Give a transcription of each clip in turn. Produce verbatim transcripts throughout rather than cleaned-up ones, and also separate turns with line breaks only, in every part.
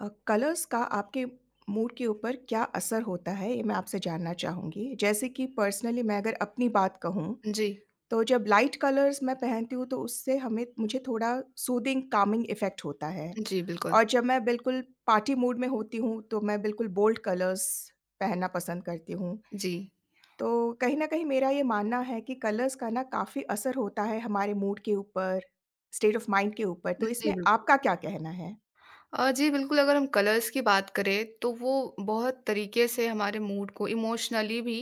अ, colours का आपके mood के ऊपर क्या असर होता है? ये मैं आपसे जानना चाहूँगी। जैसे कि पर्सनली मैं अगर अपनी बात कहूँ,
जी,
तो जब लाइट कलर्स मैं पहनती हूँ तो उससे हमें मुझे थोड़ा सूदिंग कामिंग इफ़ेक्ट होता है।
जी, बिल्कुल।
और जब मैं बिल्कुल पार्टी मूड में होती हूँ तो मैं बिल्कुल बोल्ड कलर्स पहनना पसंद करती हूँ।
जी,
तो कहीं न कहीं मेरा ये मानना है कि कलर्स का ना काफ़ी असर होता है हमारे मूड के ऊपर, स्टेट ऑफ माइंड के ऊपर। तो
जी,
इसमें
बिल्कुल।
आपका क्या कहना है?
अ, जी, बिल्कुल, अगर हम कलर्स की बात करें, तो वो बहुत तरीके से हमारे मूड को इमोशनली भी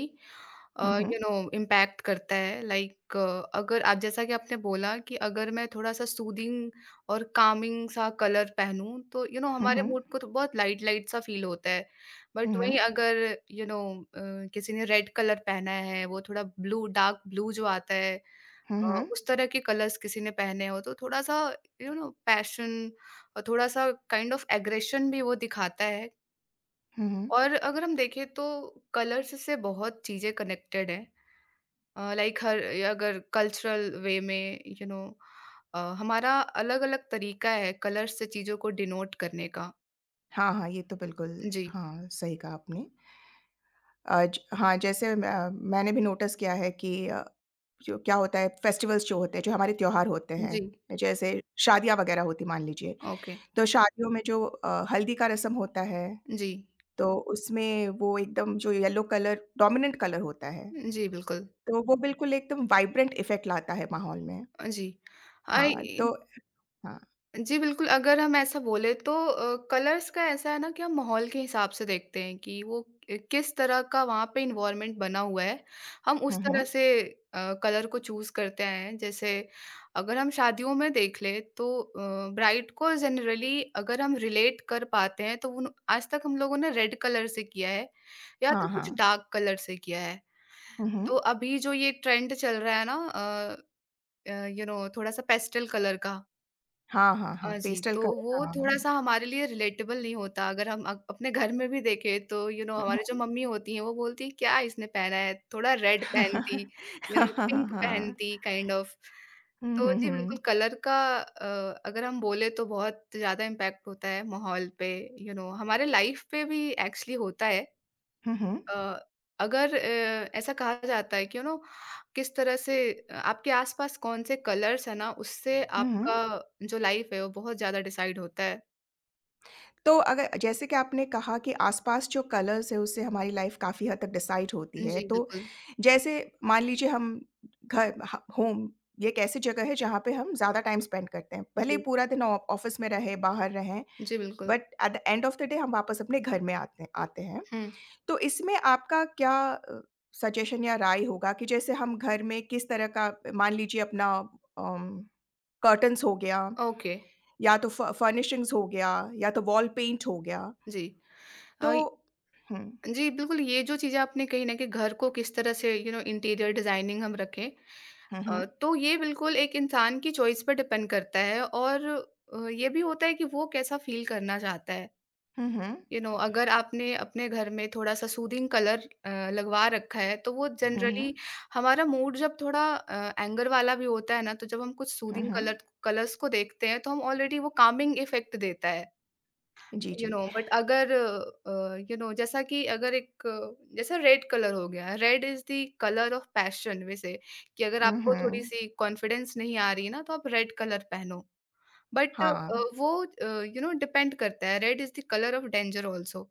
अ,
हुँ, हुँ।
यू नो इम्पैक्ट करता है। लाइक अगर आप जैसा कि आपने बोला कि अगर मैं थोड़ा-सा सूदिंग और कामिंग सा कलर पहनूँ, तो यू नो
हुँ,
हमारे
हुँ।
मूड को तो बहुत लाइट-लाइट सा फ़ील होता है।
हुँ,
बट
हुँ।
वहीं अगर यू नो अ, किसी ने रेड कलर पहना है, वो थोड़ा ब्लू डार्क ब्लू जो आता है
हुँ,
अ,
हुँ।
उस तरह के कलर्स किसी ने पहने हो तो थोड़ा-सा यू नो पैशन और थोड़ा-सा काइंड ऑफ एग्रेशन भी वो दिखाता है।
हुँ, हुँ।
और अगर हम देखें तो कलर्स से बहुत चीज़ें कनेक्टेड हैं। अ, लाइक हर अगर कल्चरल वे में यू नो अ, हमारा अलग-अलग तरीका है कलर्स से चीज़ों को डिनोट करने का।
हाँ, हाँ, ये तो बिल्कुल
जी,
हाँ, सही कहा आपने। अ, ज हाँ, जैसे अ, मैंने भी नोटिस किया है कि अ, जो क्या होता है फेस्टिवल्स जो होते हैं, जो हमारे त्योहार होते हैं,
जी,
जैसे शादियाँ वगैरह होती मान लीजिए,
ओके,
तो शादियों में जो अ, हल्दी का रस्म होता है,
जी,
तो उसमें वो एकदम जो येलो कलर डोमिनेंट कलर होता है,
जी बिल्कुल।
तो वो बिल्कुल एकदम वाइब्रेंट इफ़ेक्ट लाता है माहौल में।
अ, जी।
हाँ,
आई
तो हाँ।
जी, बिल्कुल, अगर हम ऐसा बोले तो अ, कलर्स का ऐसा है ना कि हम माहौल के हिसाब से देखते हैं कि वो अ, किस तरह का वहाँ पे इन्वायरमेंट बना हुआ है, हम उस
हुँ, हुँ।
तरह से अ, कलर को चूज़ करते हैं। जैसे अगर हम शादियों में देख लें तो अ, ब्राइड को जनरली अगर हम रिलेट कर पाते हैं तो उन आज तक हम लोगों ने रेड कलर से किया है या
हाँ,
तो कुछ
हाँ।
डार्क कलर से किया है।
हुँ, हुँ।
तो अभी जो ये ट्रेंड चल रहा है ना अ अ, यू नो थोड़ा-सा पेस्टल कलर का
हाँ, हाँ, हाँ,
हाँ जी,
पेस्टल
तो वो थोड़ा-सा
कलर
हमारे लिए रिलेटेबल नहीं होता अगर हम अप अपने घर में भी देखें तो यू नो हमारी जो
हाँ।
मम्मी होती हैं वो बोलती हैं क्या इसने पहना है, थोड़ा रेड
हाँ,
पहनती, यू नो
हाँ, हाँ,
पिंक
हाँ।
पहनती काइंड ऑफ।
हुँ,
तो
हुँ,
जी
हुँ।
बिल्कुल कलर का अ, अगर हम बोले तो बहुत ज़्यादा इम्पैक्ट होता है माहौल पे, यू नो हमारे लाइफ पे भी एक्चुअली होता है।
हुँ, हुँ।
अ, अगर अ, ऐसा कहा जाता है कि यू नो किस तरह से अ, आपके आसपास कौन से कलर्स है ना उससे
हुँ,
आपका
हुँ।
जो लाइफ है वो बहुत ज़्यादा डिसाइड होता है।
तो अगर जैसे कि आपने कहा कि आस-पास जो कलर्स हैं उससे हमारी लाइफ़ काफ़ी हद तक डिसाइड होती है।
जी,
तो
बिल्कुल।
जैसे मान लीजिए हम घर ह होम ये एक ऐसी जगह है जहाँ पे हम ज़्यादा टाइम स्पेंड करते हैं। भले ही
जी,
पूरा दिन ऑ ऑफ़िस में रहें, बाहर रहें
जी, बिल्कुल।
But at the end of the day हम वापस अपने घर में आते हैं आते हैं।
हुँ,
तो इसमें आपका क्या अ, सजेशन या राय होगा कि जैसे हम घर में किस तरह का मान लीजिए अपना अम कर्टन्स हो गया
ओके,
या तो फ फर्निशिंग्स हो गया या तो वॉल पेंट हो गया।
जी।
तो
अ,
हुँ,
जी, बिल्कुल ये जो चीज़ें आपने कही ना कि घर को किस तरह से यू नो इंटीरियर डिज़ाइनिंग हम रखें।
हुँ, हुँ।
अ, तो ये बिल्कुल एक इंसान की चॉइस पर डिपेंड करता है और अ, ये भी होता है कि वो कैसा फ़ील करना चाहता है।
हुँ, हुँ।
यू नो अगर आपने अपने घर में थोड़ा-सा सूदिंग कलर अ, लगवा रखा है, तो वो हुँ।
हुँ,
जनरली
हुँ।
हमारा मूड जब थोड़ा अ, एंगर वाला भी होता है ना, तो जब हम कुछ
हुँ,
सूदिंग
हुँ।
कलर कलर्स को देखते हैं, तो हम ऑलरेडी वो कामिंग इफ़ेक्ट देता है,
जी,
यू
जी।
नो बट अगर अ, यू नो जैसा कि अगर एक जैसे रेड कलर हो गया, red is the colour of passion वैसे कि अगर
हुँ,
आपको
हुँ।
थोड़ी-सी कॉन्फिडेंस नहीं आ रही है ना, तो आप रेड कलर पहनो। बट अ,
हाँ।
वो अ, यू नो डिपेंड करता है, red is the colour of danger also.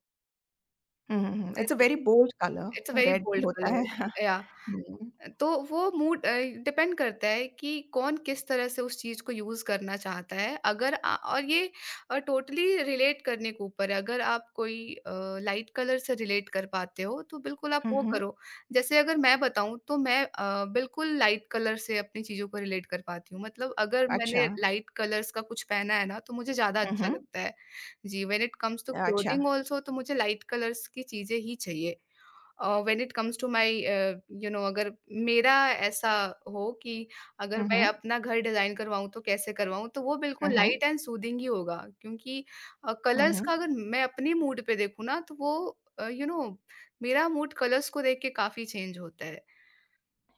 हुँ, हुँ, हुँ। It's a very bold
it's a
colour
very
red
bold
होता है।
कलर। या
हुँ,
तो वो मूड अ, डिपेंड करता है कि कौन किस तरह से उस चीज़ को यूज़ करना चाहता है। अगर अ, और ये अ, टोटली रिलेट करने के ऊपर है, अगर आप कोई अ, लाइट कलर से रिलेट कर पाते हो, तो बिल्कुल आप
हुँ,
वो
हुँ।
करो। जैसे अगर मैं बताऊँ तो मैं अ, बिल्कुल लाइट कलर से अपनी चीज़ों को रिलेट कर पाती हूँ। मतलब अगर
अच्छा।
मैंने लाइट कलर्स का कुछ पहना है ना, तो मुझे ज़्यादा
हुँ,
अच्छा
हुँ।
लगता है। जी, व्हेन इट कम्स टू
अच्छा।
क्लोथिंग ऑल्सो तो मुझे लाइट कलर्स की चीज़ें ही चाहिए। अ, when it comes to my uh, you know अगर मेरा ऐसा हो कि अगर
हुँ,
मैं
हुँ।
अपना घर डिज़ाइन करवाऊँ तो कैसे करवाऊँ, तो वो
हुँ,
बिल्कुल
हुँ।
लाइट एंड सूदिंग ही होगा क्योंकि अ,
हुँ,
कलर्स
हुँ।
का अगर मैं अपने मूड पे देखूँ ना तो वो अ, यू नो मेरा मूड कलर्स को देख के काफ़ी चेंज होता है।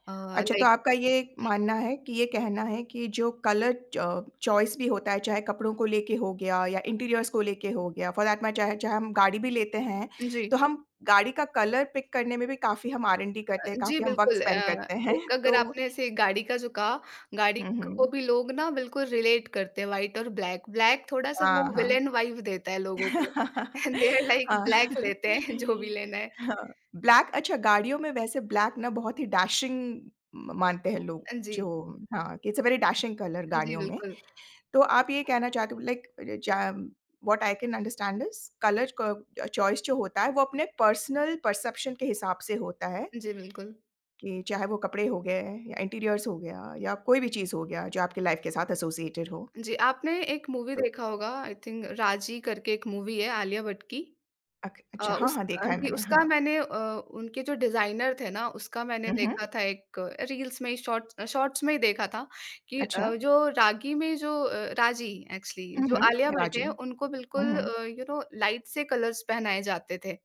अ,
अच्छा, तो
लाइक
आपका ये मानना है कि ये कहना है कि जो कलर च चॉइस भी होता है, चाहे कपड़ों को लेके हो गया या इंटीरियर्स को लेके हो गया, फॉर दैट मैटर चाहे चाहे हम गाड़ी भी लेते हैं,
जी।
तो हम गाड़ी का कलर पिक करने में भी काफ़ी हम आर एन डी करते हैं,
जी,
काफ़ी हम वक़्त
बिल्कुल
स्पेंड
अ,
करते हैं,
एक अगर
तो
आपने ऐसे गाड़ी का जो कहा, गाड़ी
हुँ,
क
हुँ।
को भी लोग ना बिल्कुल रिलेट करते हैं व्हाइट और ब्लैक। ब्लैक थोड़ा-सा वो
हाँ, हाँ।
विलेन वाइब देता है लोगों को। दे आर लाइक
हाँ।
ब्लैक लेते हैं जो भी लेना है।
हाँ, ब्लैक अच्छा गाड़ियों में वैसे ब्लैक ना बहुत ही डैशिंग म मानते हैं लोग,
अ, जी।
जो हाँ, कि it's a very dashing colour
जी,
गाड़ियों में।
बिल्कुल।
तो आप ये कहना चाहते हो लाइक जा what I can understand is colour क चॉइस जो होता है वो अपने पर्सनल परसेप्शन के हिसाब से होता है
जी, बिल्कुल।
कि चाहे वो कपड़े हो गए या इंटीरियर्स हो गया या कोई भी चीज़ हो गया जो आपकी लाइफ़ के साथ एसोसिएटेड हो।
जी, आपने एक मूवी
तो
देखा होगा आई थिंक राजी करके एक मूवी है आलिया भट्ट की।
अक अच्छा
अ,
हाँ,
उस
हाँ,
अ,
देखा है
जी,
मैंने
उसका
हाँ।
मैंने अ, उनके जो डिज़ाइनर थे ना, उसका मैंने
हुँ, हुँ,
देखा था एक रील्स में ही शॉर्ट्स अ, शॉर्ट्स में ही देखा था कि अ,
अच्छा।
जो रागी में जो अ, राजी एक्चुअली
हुँ,
जो
हुँ,
आलिया भट्ट
राज़ी।
है, उनको
हुँ,
बिल्कुल
हुँ,
अ, यू नो लाइट से कलर्स पहनाए जाते थे।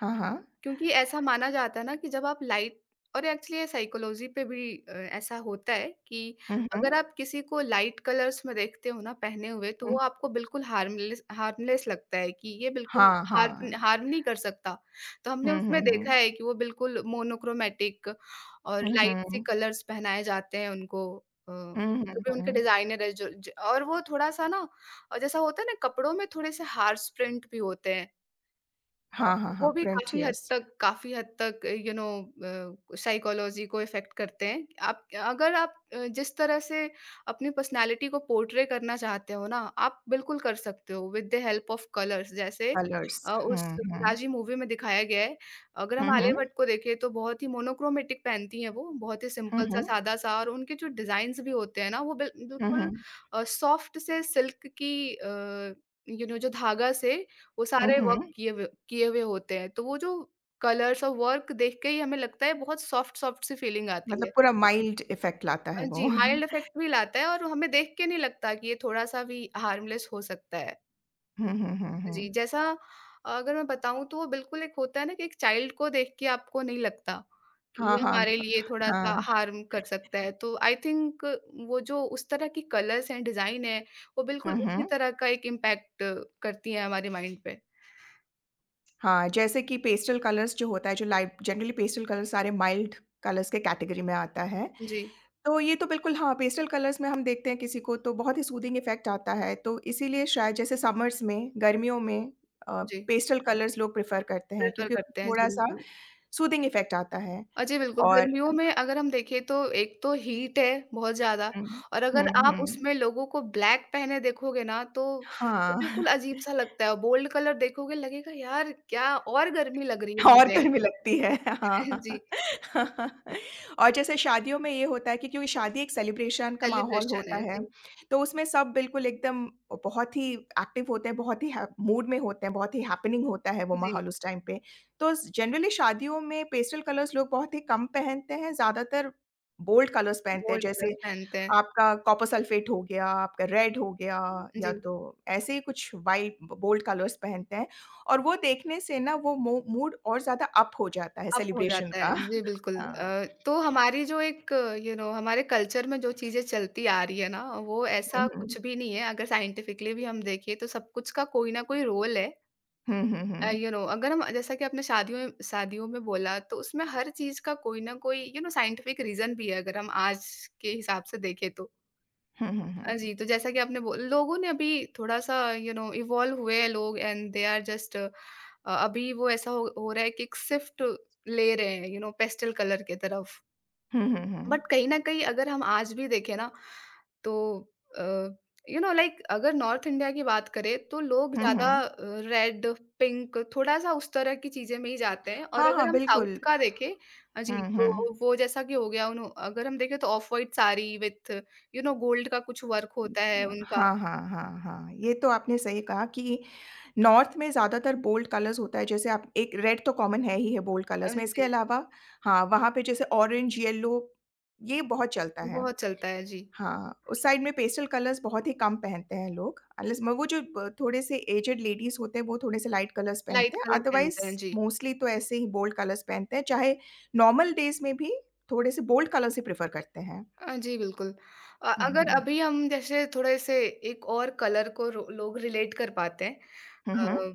हाँ, हाँ।
क्योंकि ऐसा माना जाता है ना कि जब आप लाइट और एक्चुअली ये साइकोलॉजी पे भी अ, ऐसा होता है कि
हुँ, हुँ,
अगर
हुँ,
आप किसी को लाइट कलर्स में देखते हो ना पहने हुए तो वो आपको बिल्कुल हार्मलेस हार्मलेस लगता है कि ये बिल्कुल
हाँ, हाँ।
हार्म हार्म नहीं कर सकता। तो हमने
हुँ,
उसमें
हुँ,
देखा
हुँ।
है कि वो बिल्कुल मोनोक्रोमैटिक और
हुँ,
लाइट सी
हुँ।
कलर्स पहनाए जाते हैं उनको अ,
हुँ,
जो
हुँ,
भी उनके
हुँ।
डिज़ाइनर है जो ज और वो थोड़ा-सा ना अ, जैसा होता है ना कपड़ों में थोड़े-से हार्श प्रिंट भी होते हैं। अ,
हाँ, हाँ, हाँ,
वो भी
प्रिंट
काफ़ी हद
यस,
तक काफ़ी हद तक यू नो अ, साइकोलॉजी को इफ़ेक्ट करते हैं। आप अगर आप अ, जिस तरह से अपनी पर्सनैलिटी को पोर्ट्रे करना चाहते हो ना, आप बिल्कुल कर सकते हो with the help of colours जैसे
कलर्स।
अ,
हुँ,
उस
हुँ।
राजी मूवी में दिखाया गया है। अगर
हुँ,
हम आलिया
हुँ।
भट्ट को देखें तो बहुत ही मोनोक्रोमैटिक पहनती हैं वो, बहुत ही
हुँ,
सिंपल-सा,
हुँ।
सादा-सा और उनके जो डिज़ाइन्स भी होते हैं ना, वो बिल
हुँ,
बिल्कुल
हुँ।
अ, सॉफ्ट से सिल्क की अ, यू नो जो धागा से वो
हुँ,
सारे वर्क
हुँ।
किए हुए किए हुए होते हैं, तो वो जो कलर्स और वर्क देख के ही हमें लगता है बहुत सॉफ्ट-सॉफ्ट सी फीलिंग आती
मतलब
है।
पूरा माइल्ड इफ़ेक्ट लाता है
अ,
वो।
जी, माइल्ड इफ़ेक्ट भी लाता है और हमें देख के नहीं लगता कि ये थोड़ा-सा भी हार्मलेस हो सकता है।
हुँ, हुँ, हुँ, हुँ।
जी, जैसा अगर मैं बताऊँ तो वो बिल्कुल एक होता है ना कि एक चाइल्ड को देख के आपको नहीं लगता कि
हाँ,
ये हम्म।
हाँ।
हमारे लिए थोड़ा-सा
हाँ।
हार्म कर सकता है। तो आई थिंक वो जो उस तरह की कलर्स हैं, डिज़ाइन है, वो
हुँ,
बिल्कुल उसी
हुँ।
तरह का एक इम्पैक्ट करती हैं हमारे माइंड पे।
हाँ, जैसे कि पेस्टल कलर्स जो होता है, जो लाइट जनरली पेस्टल कलर्स सारे माइल्ड कलर्स के कैटेगरी में आता है।
जी,
तो ये तो बिल्कुल हाँ, पेस्टल कलर्स में हम देखते हैं किसी को तो बहुत ही सूदिंग इफ़ेक्ट आता है। तो इसीलिए शायद जैसे समर्स में, गर्मियों में अ,
जी।
पेस्टल कलर्स लोग प्रेफ़र करते हैं
प्रेफ़र
क्योंकि
करते हैं, जी,
थोड़ा-सा
बिल्कुल।
सूदिंग इफ़ेक्ट आता है
अ, जी, बिल्कुल,
और
गर्मियों में अगर हम देखें तो एक तो हीट है बहुत ज़्यादा
हुँ।
और अगर
हुँ,
आप
हुँ।
उसमें लोगों को ब्लैक पहने देखोगे ना तो वो
हाँ।
बिल्कुल अजीब-सा लगता है, बोल्ड कलर देखोगे लगेगा यार क्या और गर्मी लग रही है
और
मुझे।
गर्मी लगती है।
जी,
हाँ। और जैसे शादियों में ये होता है कि क्योंकि शादी एक सेलिब्रेशन का माहौल
सेलिब्रेशन
होता
है।
है,
जी,
तो उसमें सब बिल्कुल एकदम बहुत ही एक्टिव होते हैं, बहुत ही है मूड में होते हैं, बहुत ही हैपनिंग होता है वो
जी,
माहौल उस टाइम पे। तो स जनरली शादियों में पेस्टल कलर्स लोग बहुत ही कम पहनते हैं, ज़्यादातर बोल्ड कलर्स पहनते हैं
बोल्ड कलर्स
जैसे
पहनते हैं।
आपका कॉपर सल्फेट हो गया, आपका रेड हो गया या
जी।
तो ऐसे ही कुछ वाइट ब बोल्ड कलर्स पहनते हैं और वो देखने से ना वो मो मूड और ज़्यादा अप हो जाता है
अप हो
सेलिब्रेशन
जाता है।
का।
जी, बिल्कुल।
हाँ।
अ, तो हमारी जो एक यू नो हमारे कल्चर में जो चीज़ें चलती आ रही है ना, वो
हुँ,
ऐसा
हुँ।
कुछ भी नहीं है। अगर साइंटिफिकली भी हम देखें तो सब कुछ का कोई ना कोई रोल है।
हुँ, हुँ,
अ,
हुँ।
यू नो अगर हम जैसा कि आपने शादियों में शादियों में बोला तो उसमें हर चीज़ का कोई ना कोई यू नो साइंटिफिक रीज़न भी है अगर हम आज के हिसाब से देखें तो।
हुँ, हुँ,
अ,
हुँ।
जी, तो जैसा कि आपने बो लोगों ने अभी थोड़ा-सा यू नो इवॉल्व हुए हैं लोग and they are just uh, अभी वो ऐसा हो हो रहा है कि एक शिफ्ट ले रहे हैं यू नो पेस्टल कलर की तरफ।
हुँ, हुँ, हुँ।
बट कहीं न कहीं अगर हम आज भी देखें ना, तो अ, यू नो लाइक अगर नॉर्थ इंडिया की बात करें, तो लोग
हुँ,
ज़्यादा
हुँ।
अ, रेड, पिंक थोड़ा-सा उस तरह की चीज़ें में ही जाते हैं और
हाँ, हाँ,
अगर हम साउथ
बिल्कुल।
का देखें अ, जी,
हुँ, हुँ।
तो वो जैसा कि हो गया उन्हों अगर हम देखें तो off white sari with you know gold का कुछ वर्क होता है उनका
हाँ, हाँ, हाँ, हाँ। ये तो आपने सही कहा कि नॉर्थ में ज़्यादातर बोल्ड कलर्स होता है, जैसे आप एक रेड तो कॉमन है ही है बोल्ड
अ,
कलर्स में, इसके
जी,
अलावा हाँ, वहाँ पे जैसे ऑरेंज, येलो ये बहुत चलता है।
बहुत चलता है, जी।
हाँ, उस साइड में पेस्टल कलर्स बहुत ही कम पहनते हैं लोग, अनलेस म वो जो ब थोड़े-से एज्ड लेडीज़ होते हैं, वो थोड़े-से लाइट कलर्स
लाइट
पहनते हैं,
कलर
अदरवाइज़
पहनते हैं, जी।
मोस्टली तो ऐसे ही बोल्ड कलर्स पहनते हैं, चाहे नॉर्मल डेज़ में भी थोड़े-से बोल्ड कलर्स ही प्रेफ़र करते हैं।
अ, जी, बिल्कुल। अ,
हुँ,
अगर
हुँ, हुँ।
अभी हम जैसे थोड़े-से एक और कलर को रो लोग रिलेट कर पाते हैं।
हुँ, हुँ।
अ,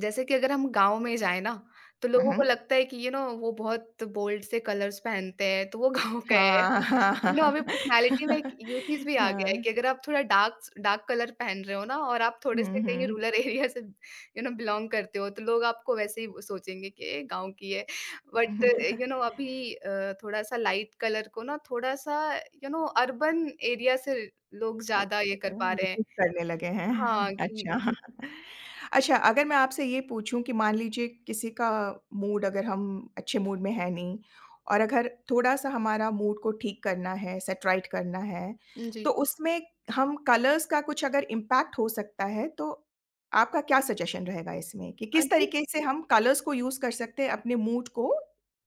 जैसे कि अगर हम गाँव में जाएँ ना, तो
हुँ,
लोगों को
हुँ।
लगता है कि यू नो वो बहुत बोल्ड से कलर्स पहनते हैं, तो वो गाँव का है।
啊，哈哈哈
यू नो
哈
अभी पर्सनैलिटी में
哈，
एक ये चीज़ भी आ गया है कि
嗯，
अगर आप थोड़ा डार्क स डार्क कलर पहन रहे हो ना और आप थोड़े से
嗯
कहीं
嗯，
रूरल एरिया से यू नो बिलॉन्ग करते हो, तो लोग आपको वैसे ही वो सोचेंगे कि ये गाँव की है। बट
哈
यू नो
哈。
अभी अ, थोड़ा-सा लाइट कलर को ना थोड़ा-सा यू नो अर्बन एरिया से लोग
अ
ज़्यादा ये
अ,
कर पा रहे हैं।
यूज़ करने लगे हैं।
हाँ, कि
अच्छा। अच्छा, अगर मैं आपसे ये पूछूँ कि मान लीजिए किसी का मूड अगर हम अच्छे मूड में है नहीं और अगर थोड़ा-सा हमारा मूड को ठीक करना है, सेट राइट करना है,
जी।
तो उसमें हम कलर्स का कुछ अगर इम्पैक्ट हो सकता है, तो आपका क्या सजेशन रहेगा इसमें कि किस
जी
तरीके से हम कलर्स को यूज़ कर सकते हैं अपने मूड को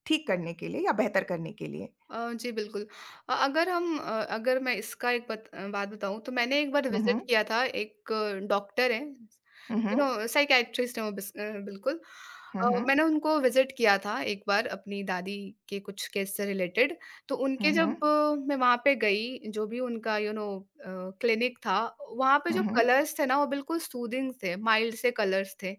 ठीक करने के लिए या बेहतर करने के लिए?
अ, जी, बिल्कुल। अ, अगर हम अ, अगर मैं इसका एक बत अ, बात बताऊँ तो मैंने एक बार
हुँ, हुँ।
विज़िट किया था एक डॉक्टर हैं,
हुँ,
यू
हुँ।
नो साइकियाट्रिस्ट हैं वो बिस अ, बिल्कुल।
हुँ,
अ,
हुँ।
मैंने उनको विज़िट किया था एक बार अपनी दादी के कुछ केस से रिलेटेड। तो
हुँ,
उनके जब
हुँ।
अ, मैं वहाँ पे गई, जो भी उनका यू नो अ, क्लिनिक था, वहाँ पे
हुँ,
जो
हुँ।
कलर्स थे ना वो बिल्कुल सूदिंग थे, माइल्ड से कलर्स थे।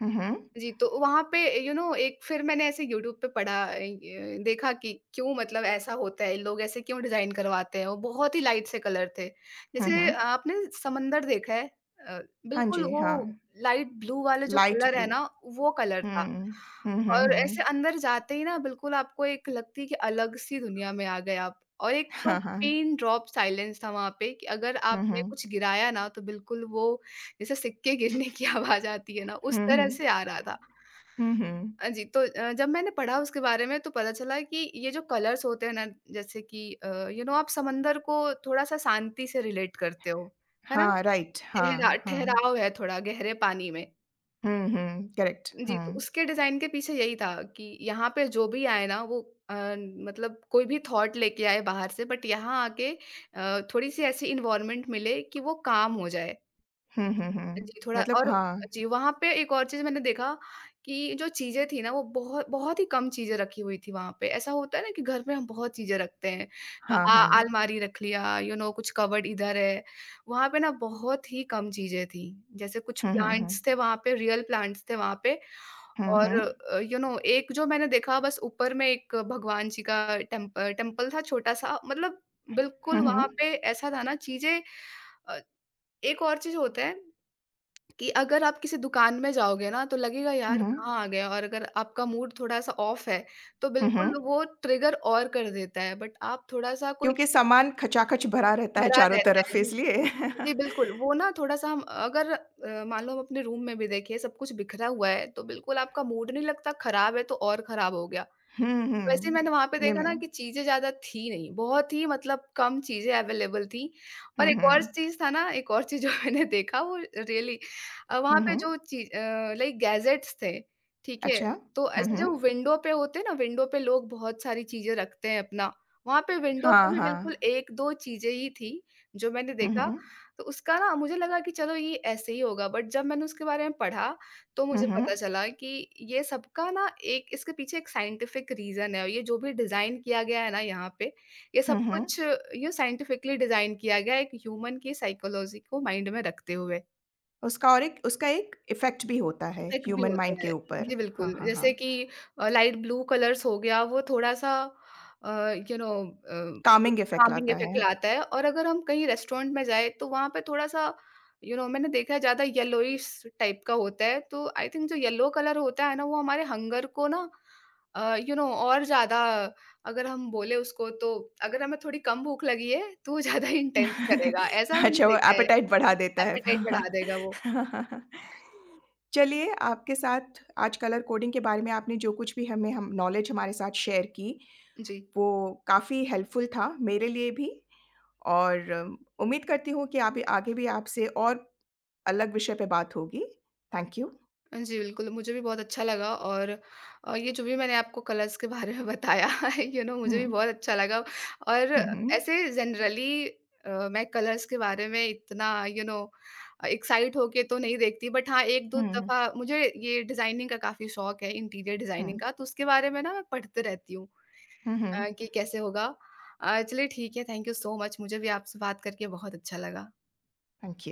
हुँ, हुँ।
जी, तो वहाँ पे यू नो एक फिर मैंने ऐसे यूट्यूब पे पढ़ा अ, य देखा कि क्यों मतलब ऐसा होता है, लोग ऐसे क्यों डिज़ाइन करवाते हैं? वो बहुत ही लाइट से कलर थे।
हुँ,
जैसे
हुँ।
आपने समंदर देखा है? अ,
हाँ
बिल्कुल
जी,
वो
हाँ।
लाइट ब्लू वाले जो
लाइट
कलर
ब्लू।
है ना, वो कलर था।
हुँ। हुँ, हुँ,
और
हुँ।
ऐसे अंदर जाते ही ना बिल्कुल आपको एक लगती है कि अलग-सी दुनिया में आ गए आप। और एक तो
हाँ, हाँ।
पिन ड्रॉप साइलेंस था वहाँ पे कि अगर
हुँ,
आपने
हुँ।
कुछ गिराया ना, तो बिल्कुल वो जैसे सिक्के गिरने की आवाज़ आती है ना, उस
हुँ,
तरह
हुँ।
से आ रहा था।
हुँ, हुँ।
अ, जी, तो अ, जब मैंने पढ़ा उसके बारे में तो पता चला कि ये जो कलर्स होते हैं ना जैसे कि अ, यू नो आप समंदर को थोड़ा-सा शांति से रिलेट करते हो, है ना?
हाँ, राइट।
ठहरा
हाँ, हाँ।
ठहराव है थोड़ा गहरे पानी में।
हुँ, हुँ। करेक्ट।
जी, तो
हुँ।
उसके डिज़ाइन के पीछे यही था कि यहाँ पे जो भी आए ना वो अ, मतलब कोई भी थॉट लेके आए बाहर से बट यहाँ आके अ, थोड़ी-सी ऐसी एनवायरनमेंट मिले कि वो काम हो जाए।
हुँ, हुँ, हुँ।
जी, थोड़ा
मतलब
और
हाँ।
जी, वहाँ पे एक और चीज़ मैंने देखा कि जो चीज़ें थी ना वो बहुत बहुत ही कम चीज़ें रखी हुई थी वहाँ पे। ऐसा होता है ना कि घर में हम बहुत चीज़ें रखते हैं।
हाँ,
आ
हाँ।
अलमारी रख लिया, यू नो कुछ कबर्ड इधर है। वहाँ पे ना बहुत ही कम चीज़ें थी। जैसे कुछ
हुँ, हुँ, हुँ।
प्लांट्स थे वहाँ पे, रियल प्लांट्स थे वहाँ पे
हुँ,
और
हुँ।
अ, यू नो एक जो मैंने देखा बस ऊपर में एक भगवान जी का टेम्प टेम्पल था छोटा-सा मतलब
हुँ,
बिल्कुल वहाँ
हुँ।
पे ऐसा था ना चीज़ें अ, एक और चीज़ होता है कि अगर आप किसी दुकान में जाओगे ना, तो लगेगा
हुँ,
यार
हुँ।
कहाँ आ गए और अगर आपका मूड थोड़ा-सा ऑफ है, तो
हुँ,
बिल्कुल
हुँ।
वो ट्रिगर और कर देता है, बट आप थोड़ा-सा कोई
क्योंकि सामान खचाखच भरा रहता है
भरा
चारों
रहता
तरफ
है जी।
इसलिए।
जी, बिल्कुल, वो ना थोड़ा-सा हम अगर अ, मान लो हम अपने रूम में भी देखिए सब कुछ बिखरा हुआ है, तो बिल्कुल आपका मूड नहीं लगता खराब है तो और खराब हो गया।
हुँ,
वैसे
हुँ।
मैंने वहाँ पे
ये
देखा
मैं
ना कि चीज़ें ज़्यादा थी नहीं, बहुत ही मतलब कम चीज़ें अवेलेबल थी
हुँ,
और एक और
हुँ।
चीज़ था ना, एक और चीज़ जो मैंने देखा वो रियली अ, वहाँ
हुँ,
पे
हुँ।
जो ची अ, लाइक गैजेट्स थे, ठीक है?
अच्छा।
तो
हुँ,
ऐसे
हुँ।
जो विंडो पे होते हैं ना, विंडो पे लोग बहुत सारी चीज़ें रखते हैं अपना, वहाँ पे विंडो
हाँ,
पे भी
हाँ।
बिल्कुल एक दो चीज़ें ही थी, जो मैंने
हुँ,
देखा।
हुँ।
तो उसका ना मुझे लगा कि चलो ये ऐसे ही होगा, बट जब मैंने उसके बारे में पढ़ा तो
हुँ,
मुझे पता
हुँ।
चला कि ये सबका ना एक इसके पीछे एक साइंटिफिक रीज़न है और ये जो भी डिज़ाइन किया गया है ना यहाँ पे, ये
हुँ,
सब
हुँ।
कुछ ये साइंटिफिकली डिज़ाइन किया गया है एक ह्यूमन की साइकोलॉजी को माइंड में रखते हुए।
उसका और एक उसका एक इफ़ेक्ट भी होता है
इफ़ेक्ट भी
ह्यूमन
होता
माइंड
है।
के ऊपर।
जी, बिल्कुल।
हाँ, हाँ, हाँ।
जैसे कि अ, लाइट ब्लू कलर्स हो गया, वो थोड़ा-सा uh, you know uh,
calming effect
calming
लाता है।
इफ़ेक्ट लाता है और अगर हम कहीं रेस्टोरेंट में जाएँ, तो वहाँ पे थोड़ा-सा यू you नो know, मैंने देखा है ज़्यादा येलोइश टाइप का होता है, तो आई थिंक जो येलो कलर होता है ना, वो हमारे हंगर को ना uh, you know you know, और ज़्यादा अगर हम बोले उसको तो अगर हमें थोड़ी कम भूख लगी है, तो वो ज़्यादा इंटेंस करेगा। ऐसा मैंने
अच्छा, वो
देखा है,
एपेटाइट बढ़ा देता है।
एपेटाइट बढ़ा देगा वो।
चलिए, आपके साथ आज कलर कोडिंग के बारे में आपने जो कुछ भी हमें हम नॉलेज हमारे साथ शेयर की,
जी।
वो काफ़ी हेल्पफुल था मेरे लिए भी और अम, उम्मीद करती हूँ कि आप आगे भी आपसे और अलग विषय पे बात होगी। Thank you.
जी, बिल्कुल, मुझे भी बहुत अच्छा लगा और अ, ये जो भी मैंने आपको कलर्स के बारे में बताया है, यू नो
हुँ।
मुझे भी बहुत अच्छा लगा और
हुँ, हुँ।
ऐसे जनरली अ, मैं कलर्स के बारे में इतना यू नो अ, एक्साइट होके तो नहीं देखती बट हाँ, एक दो
हुँ, हुँ।
दफ़ा मुझे ये डिज़ाइनिंग का काफ़ी शौक है, इंटीरियर
हुँ।
डिज़ाइनिंग का, तो उसके बारे में ना मैं पढ़ते रहती हूँ
हुँ, हुँ।
अ, कि कैसे होगा। अ, चलिए ठीक है, थैंक यू सो मच मुझे भी आपसे बात करके बहुत अच्छा लगा।
Thank you.